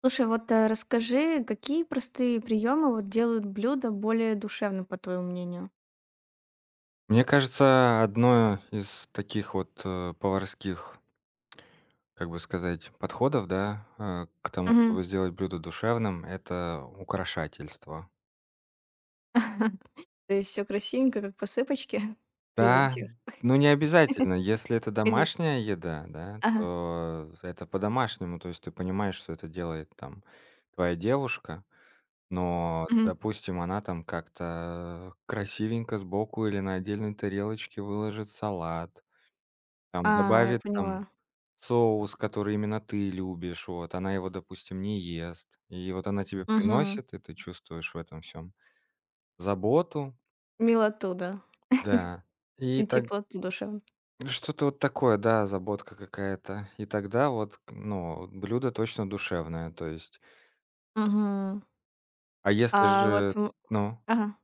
Слушай, вот, расскажи, какие простые приемы вот делают блюдо более душевным, по твоему мнению? Мне кажется, одно из таких вот, поварских, как бы сказать, подходов, да, к тому, чтобы Мгм. сделать блюдо душевным — это украшательство. То есть всё красивенько, как посыпочки, из Да, этих. но не обязательно. Если это Ходить. домашняя еда, да, Ага. то это по-домашнему. То есть ты понимаешь, что это делает там твоя девушка, но, Мгм. допустим, она там как-то красивенько сбоку или на отдельной тарелочке выложит салат, там А, я добавит там поняла. соус, который именно ты любишь, вот, она его, допустим, не ест. И вот она тебе Мгм. приносит, и ты чувствуешь в этом всем заботу. Милоту, да, Да. И и так теплоту душевную. что-то вот такое, да, заботка какая-то. И тогда вот, блюдо точно душевное, то есть. Мгм. А если А же вот м Ну, Ага.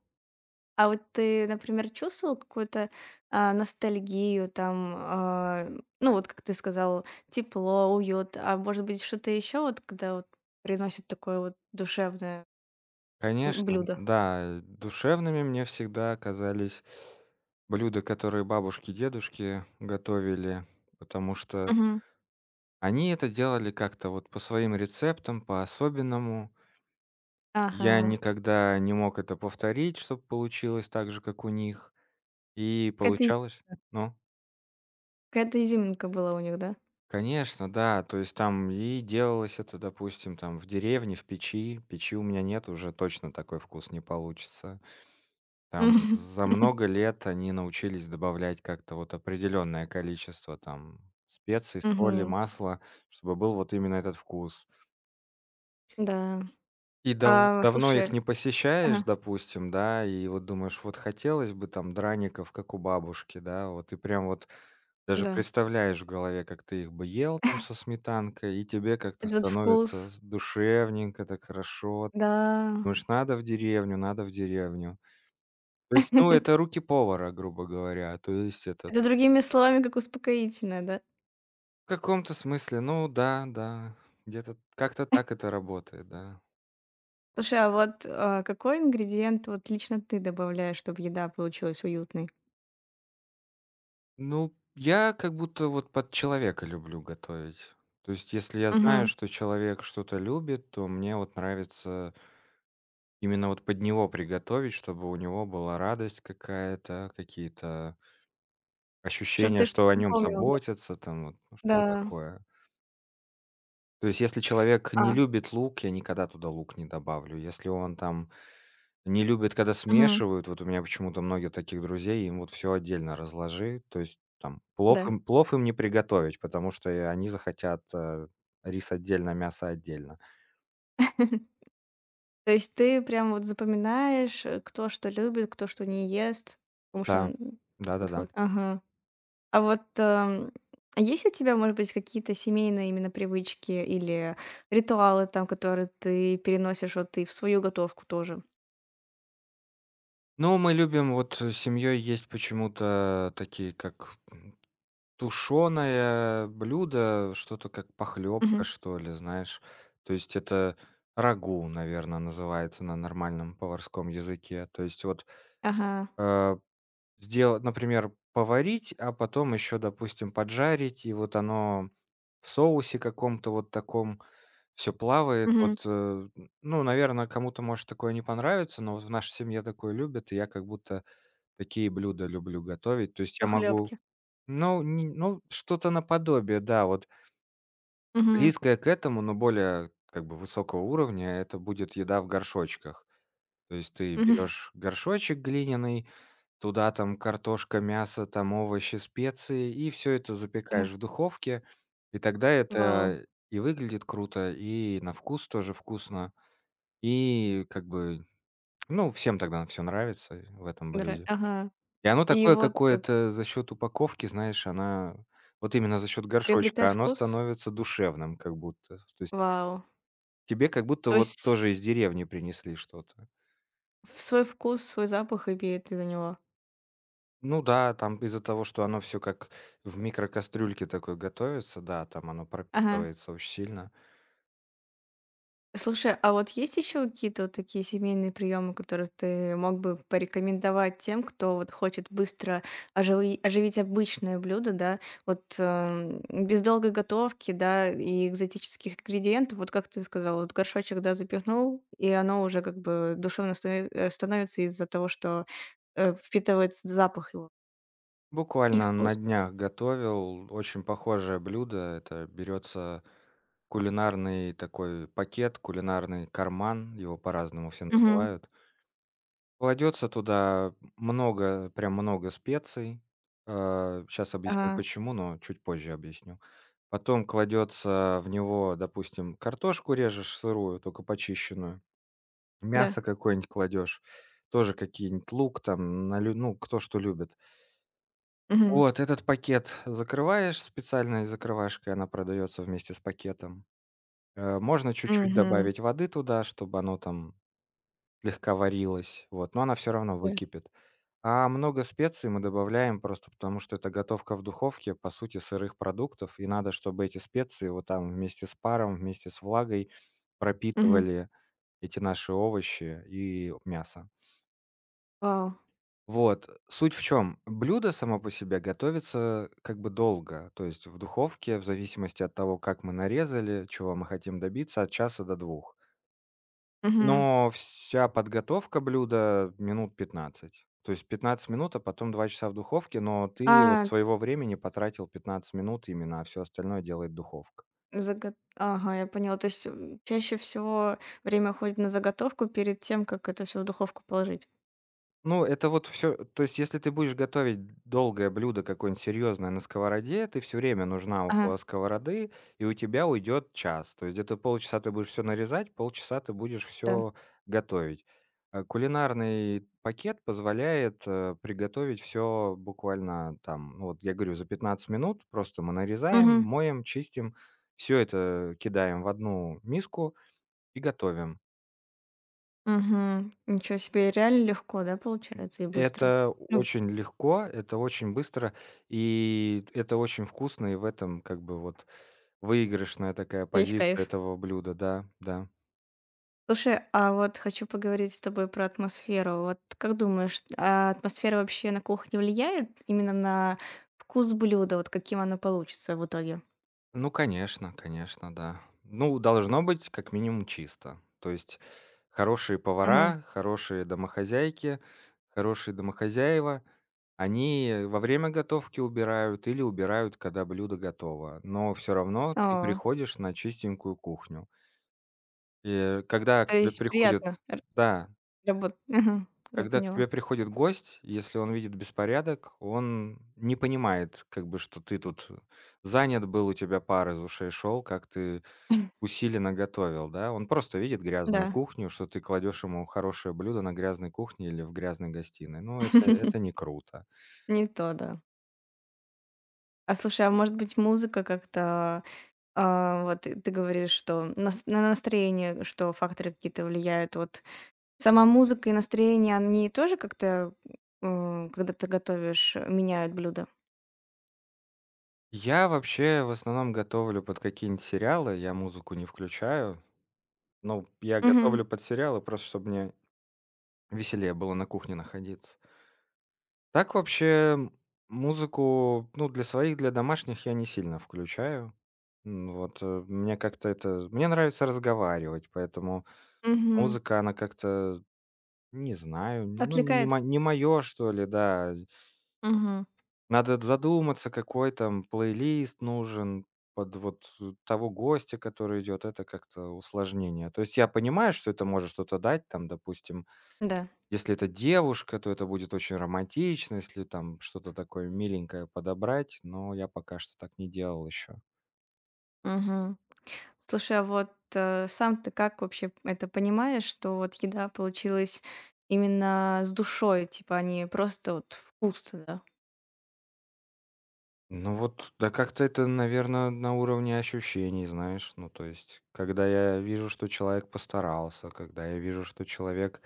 А вот ты, например, чувствовал какую-то, ностальгию, там, ну, вот как ты сказал, тепло, уют, а может быть, что-то еще, вот когда вот приносит такое вот душевное, конечно, блюдо? да, душевными мне всегда оказались блюда, которые бабушки, дедушки готовили, потому что Мгм. они это делали как-то вот по своим рецептам, по-особенному. Ага. Я никогда не мог это повторить, чтобы получилось так же, как у них. И Какая-то из получалось, ну, какая-то изюминка была у них, да? конечно, да, то есть там и делалось это, допустим, там в деревне, в печи. Печи у меня нет, уже точно такой вкус не получится. Там Мгм. за много лет они научились добавлять как-то вот определенное количество там специй, соли, Мгм. масла, чтобы был вот именно этот вкус. Да. И дав А, давно их слушай не посещаешь, Ага. допустим, да, и вот думаешь: "Вот хотелось бы там драников, как у бабушки", да, вот. И прям вот даже Да. представляешь в голове, как ты их бы ел там со сметанкой, и тебе как-то Этот становится вкус. с душевненько, так хорошо. Да. Думаешь: "Надо в деревню, надо в деревню". То есть, ну, это руки повара, грубо говоря. То есть это Это то, другими словами как успокоительное, да? в каком-то смысле, ну да, да, где-то как-то так это работает, да. Слушай, а вот, какой ингредиент вот лично ты добавляешь, чтобы еда получилась уютной? Ну, я как будто вот под человека люблю готовить. То есть, если я знаю, Мгм. что человек что-то любит, то мне вот нравится именно вот под него приготовить, чтобы у него была радость какая-то, какие-то Что ощущения, ты что-то что о нем запомнил, да? заботятся, там вот, ну, что-то Да. такое. То есть, если человек не А, любит лук, я никогда туда лук не добавлю. Если он там не любят, когда мгм. смешивают. Вот у меня почему-то многие таких друзей, им вот все отдельно разложи. То есть там плов Да. им плов им не приготовить, потому что, они захотят, рис отдельно, мясо отдельно. То есть ты прям вот запоминаешь, кто что любит, кто что не ест, потому что, Да. Вот Да-да-да. вот. Ага. А вот, есть у тебя, может быть, какие-то семейные именно привычки или ритуалы там, которые ты переносишь вот и в свою готовку тоже? Ну, мы любим вот, семьей есть почему-то такие, как, тушеное блюдо, что-то как похлебка, Мгм. что ли, знаешь. То есть это рагу, наверное, называется на нормальном поварском языке. То есть вот, Ага. э сделать, например, поварить, а потом еще, допустим, поджарить, и вот оно в соусе каком-то вот таком все плавает. Мгм. Вот, ну, наверное, кому-то может такое не понравится, но вот в нашей семье такое любят, и я как будто такие блюда люблю готовить. То есть я могу, Похлёбки. ну, не ну, что-то наподобие, да, вот близкое к этому, но более как бы высокого уровня — это будет еда в горшочках. То есть ты берешь горшочек глиняный, туда там картошка, мясо, там овощи, специи, и все это запекаешь Ага. в духовке. И тогда Вау, это и выглядит круто, и на вкус тоже вкусно, и как бы, ну, всем тогда все нравится в этом дра блюде. ага. И оно И такое вот, какое-то за счет упаковки, знаешь, она вот именно за счет горшочка, приобретает оно вкус? становится душевным как будто. То есть Вау. тебе как будто То вот есть тоже из деревни принесли что-то. с свой вкус, свой запах имеет из-за него. Ну да, там из-за того, что оно все как в микрокастрюльке такой готовится, да, там оно Ага. пропитывается очень сильно. Слушай, а вот есть еще какие-то вот такие семейные приемы, которые ты мог бы порекомендовать тем, кто вот хочет быстро оживить обычное блюдо, да, вот без долгой готовки, да, и экзотических ингредиентов, вот как ты сказала, вот горшочек, да, запихнул, и оно уже как бы душевно становится из-за того, что впитывается запах его и Буквально вкус. на днях готовил очень похожее блюдо. Это берется кулинарный такой пакет, кулинарный карман, его по-разному все Мгм. называют. Кладется туда много, прям много специй. Сейчас объясню Ага, почему, но чуть позже объясню. Потом кладется в него, допустим, картошку режешь сырую, только почищенную. да. Мясо какое-нибудь кладешь, тоже какие-нибудь лук там, налю ну, кто что любит. Мгм. Вот этот пакет закрываешь специальной закрывашкой, она продается вместе с пакетом. Можно чуть-чуть Мгм. добавить воды туда, чтобы оно там слегка варилось, вот, но она всё равно Да. выкипит. А много специй мы добавляем просто потому, что это готовка в духовке, по сути, сырых продуктов, и надо, чтобы эти специи вот там вместе с паром, вместе с влагой Мгм. пропитывали эти наши овощи и мясо. Вау. Вот, суть в чем: блюдо само по себе готовится как бы долго, то есть в духовке, в зависимости от того, как мы нарезали, чего мы хотим добиться, от часа до двух. Мгм. Но вся подготовка блюда минут 15, то есть 15 минут, а потом 2 часа в духовке, но ты вот А, своего времени потратил 15 минут именно, а все остальное делает духовка. Заго Ага, я поняла. То есть, чаще всего время уходит на заготовку перед тем, как это все в духовку положить. Ну, это вот все. То есть, если ты будешь готовить долгое блюдо какое-нибудь серьезное на сковороде, ты все время нужна Ага, около сковороды, и у тебя уйдет час. То есть где-то полчаса ты будешь все нарезать, полчаса ты будешь да. все готовить. А кулинарный пакет позволяет, приготовить все буквально там, ну, вот я говорю, за 15 минут. Просто мы нарезаем, Угу, моем, чистим, все это кидаем в одну миску и готовим. угу, ничего себе, реально легко, да, получается и быстро. Это Ну, очень легко, это очень быстро, и это очень вкусно, и в этом как бы вот выигрышная такая весь кайф. позиция этого блюда, да, да. Слушай, а вот хочу поговорить с тобой про атмосферу. Вот как думаешь, а атмосфера вообще на кухне влияет именно на вкус блюда, вот каким оно получится в итоге? Ну, конечно, конечно, да. Ну, должно быть как минимум чисто. То есть хорошие Угу, повара, хорошие домохозяйки, хорошие домохозяева, они во время готовки убирают или убирают, когда блюдо готово. Но все равно ты о, приходишь на чистенькую кухню. И когда к то тебе есть приходит приятно р да, работ мгм, я когда к поняла. тебе приходит гость, если он видит беспорядок, он не понимает, как бы, что ты тут занят был, у тебя пар из ушей шел, как ты усиленно готовил, да. Он просто видит грязную Да. кухню, что ты кладешь ему хорошее блюдо на грязной кухне или в грязной гостиной. Ну, это не круто. Не то, да. А слушай, а может быть, музыка как-то, вот ты говоришь, что нас на настроение, что факторы какие-то влияют. Вот сама музыка и настроение, они тоже как-то, когда ты готовишь, меняют блюдо? Я вообще в основном готовлю под какие-нибудь сериалы, я музыку не включаю. Но я готовлю Мгм, под сериалы, просто чтобы мне веселее было на кухне находиться. Так вообще музыку, ну, для своих, для домашних я не сильно включаю. Вот, мне как-то это мне нравится разговаривать, поэтому мгм. музыка, она как-то, не знаю, ну, Отвлекает? Не мое что ли, да. Мгм. Надо задуматься, какой там плейлист нужен под вот того гостя, который идет. Это как-то усложнение. То есть я понимаю, что это может что-то дать, там, допустим, Да. если это девушка, то это будет очень романтично, если там что-то такое миленькое подобрать, но я пока что так не делал еще. Мгм. Слушай, а вот, сам ты как вообще это понимаешь, что вот еда получилась именно с душой, типа, а не просто вот вкусно, да? Ну вот, да как-то это, наверное, на уровне ощущений, знаешь. Ну, то есть, когда я вижу, что человек постарался, когда я вижу, что человек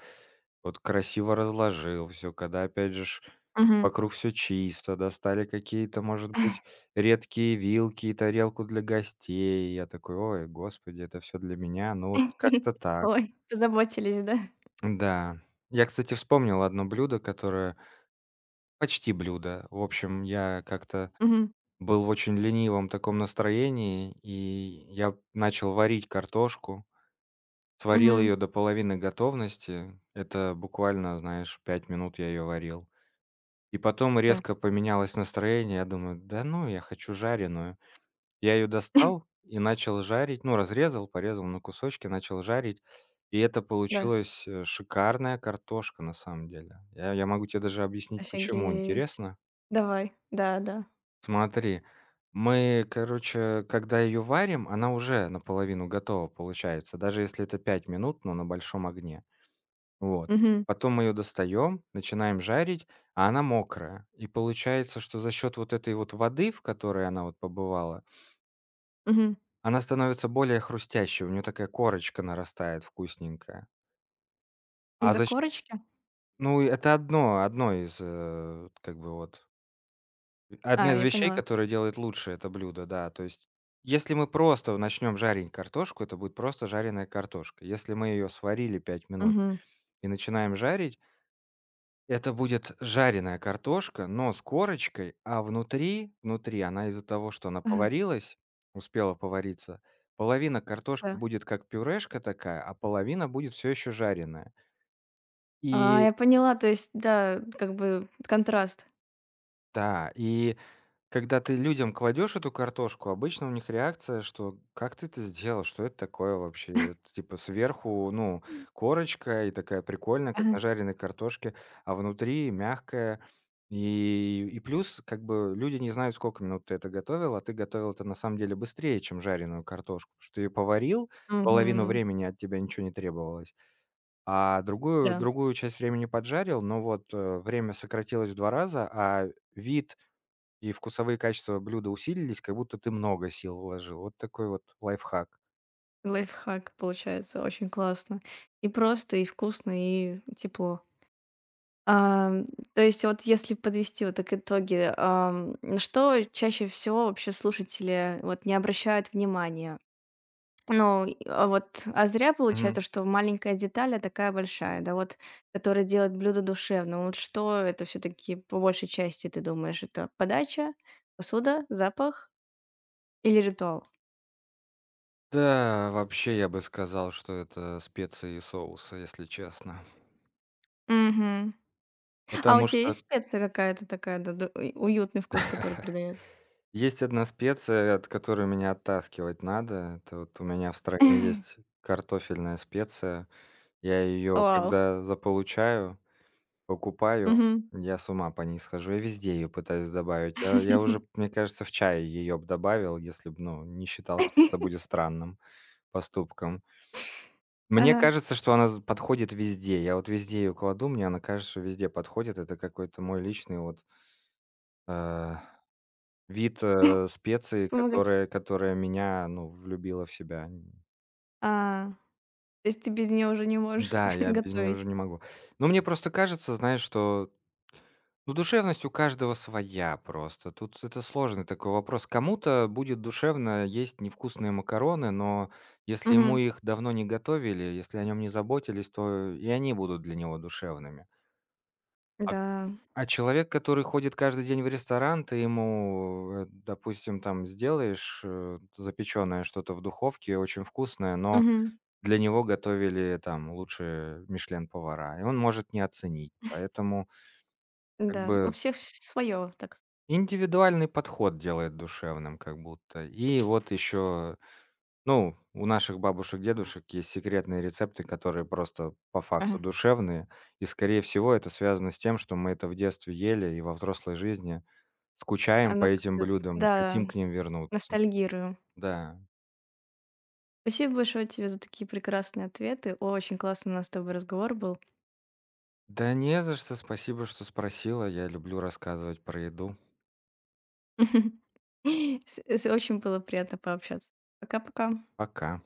вот красиво разложил все, когда, опять же, ж Мгм. вокруг все чисто, достали какие-то, может быть, редкие вилки и тарелку для гостей. Я такой, ой, господи, это все для меня. Ну вот как-то так. Ой, позаботились, да? Да. Я, кстати, вспомнил одно блюдо, которое почти блюдо. В общем, я как-то Мгм. был в очень ленивом таком настроении, и я начал варить картошку. Сварил ее Мгм. до половины готовности. Это буквально, знаешь, 5 минут я ее варил. И потом Да, резко поменялось настроение. Я думаю, да ну, я хочу жареную. Я ее достал и начал жарить, ну, разрезал, порезал на кусочки, начал жарить, и это да. получилась, шикарная картошка на самом деле. Я могу тебе даже объяснить, почему. Офигеть. Интересно? Давай. Да, да. Смотри, мы, короче, когда ее варим, она уже наполовину готова получается, даже если это 5 минут, но на большом огне. Вот. Мгм. Потом мы ее достаем, начинаем жарить, а она мокрая. И получается, что за счет вот этой вот воды, в которой она вот побывала, Мгм. она становится более хрустящей, у нее такая корочка нарастает вкусненькая. А Из-за за счё корочки? Ну, это одно из, как бы вот, одна А, из я вещей, поняла. которая делает лучше это блюдо, да. То есть, если мы просто начнем жарить картошку, это будет просто жареная картошка. Если мы ее сварили 5 минут Мгм. и начинаем жарить, это будет жареная картошка, но с корочкой, а внутри, внутри она из-за того, что она Ага, поварилась, успела повариться, половина картошки да. будет как пюрешка такая, а половина будет все еще жареная. А, И я поняла, то есть, да, как бы контраст. да, и когда ты людям кладешь эту картошку, обычно у них реакция, что: "Как ты это сделал? Что это такое вообще?" Это типа сверху, ну, корочка и такая прикольная, как на Ага. жареной картошке, а внутри мягкая. И плюс, как бы, люди не знают, сколько минут ты это готовил, а ты готовил это на самом деле быстрее, чем жареную картошку, потому что ты её поварил, половину Мгм. времени от тебя ничего не требовалось, а другую Да, другую часть времени поджарил, но вот, время сократилось в 2 раза, а вид и вкусовые качества блюда усилились, как будто ты много сил вложил. Вот такой вот лайфхак. лайфхак получается. Очень классно. И просто, и вкусно, и тепло. Ам, то есть вот если подвести вот так итоги, на что чаще всего вообще слушатели вот не обращают внимания? Ну, и, а вот, а зря Мгм. получается, что маленькая деталь, а такая большая, да, вот, которая делает блюдо душевным. Вот что это все-таки по большей части ты думаешь? Это подача, посуда, запах или ритуал? Да, вообще я бы сказал, что это специи и соусы, если честно. Мгм. А у Потому тебя что есть специя какая-то такая, да, и уютный вкус, который придает? есть одна специя, от которой меня оттаскивать надо. Это вот у меня в стране есть картофельная специя. Я ее, Вау. когда заполучаю, покупаю, Мгм. я с ума по ней схожу. Я везде ее пытаюсь добавить. Я уже, мне кажется, в чай ее б добавил, если бы, ну, не считал, что это будет странным. Поступкам. Мне Ага. кажется, что она з подходит везде. Я вот везде ее кладу, мне она кажется, что везде подходит. Это какой-то мой личный вот, э, вид, специи, Помогать. которая меня, ну, влюбила в себя. А, то есть ты без нее уже не можешь Да, я без нее уже готовить. не могу. Но мне просто кажется, знаешь, что, ну, душевность у каждого своя просто. Тут это сложный такой вопрос. Кому-то будет душевно есть невкусные макароны, но если ему Мгм. их давно не готовили, если о нем не заботились, то и они будут для него душевными. А, Да. а человек, который ходит каждый день в ресторан, ты ему, допустим, там сделаешь запеченное что-то в духовке, очень вкусное, но Мгм. для него готовили там лучшие "Мишлен"-повара, и он может не оценить. Поэтому как Да. У бы всех свое, так. Индивидуальный подход делает душевным как будто. И вот еще, ну, у наших бабушек, дедушек есть секретные рецепты, которые просто по факту Ага. душевные. И, скорее всего, это связано с тем, что мы это в детстве ели и во взрослой жизни скучаем по Оно этим как-то, блюдам и да, хотим к ним вернуться. ностальгирую. Да. Спасибо большое тебе за такие прекрасные ответы. Очень классный у нас с тобой разговор был. Да не за что. Спасибо, что спросила. Я люблю рассказывать про еду. Очень было приятно пообщаться. Пока-пока. Пока.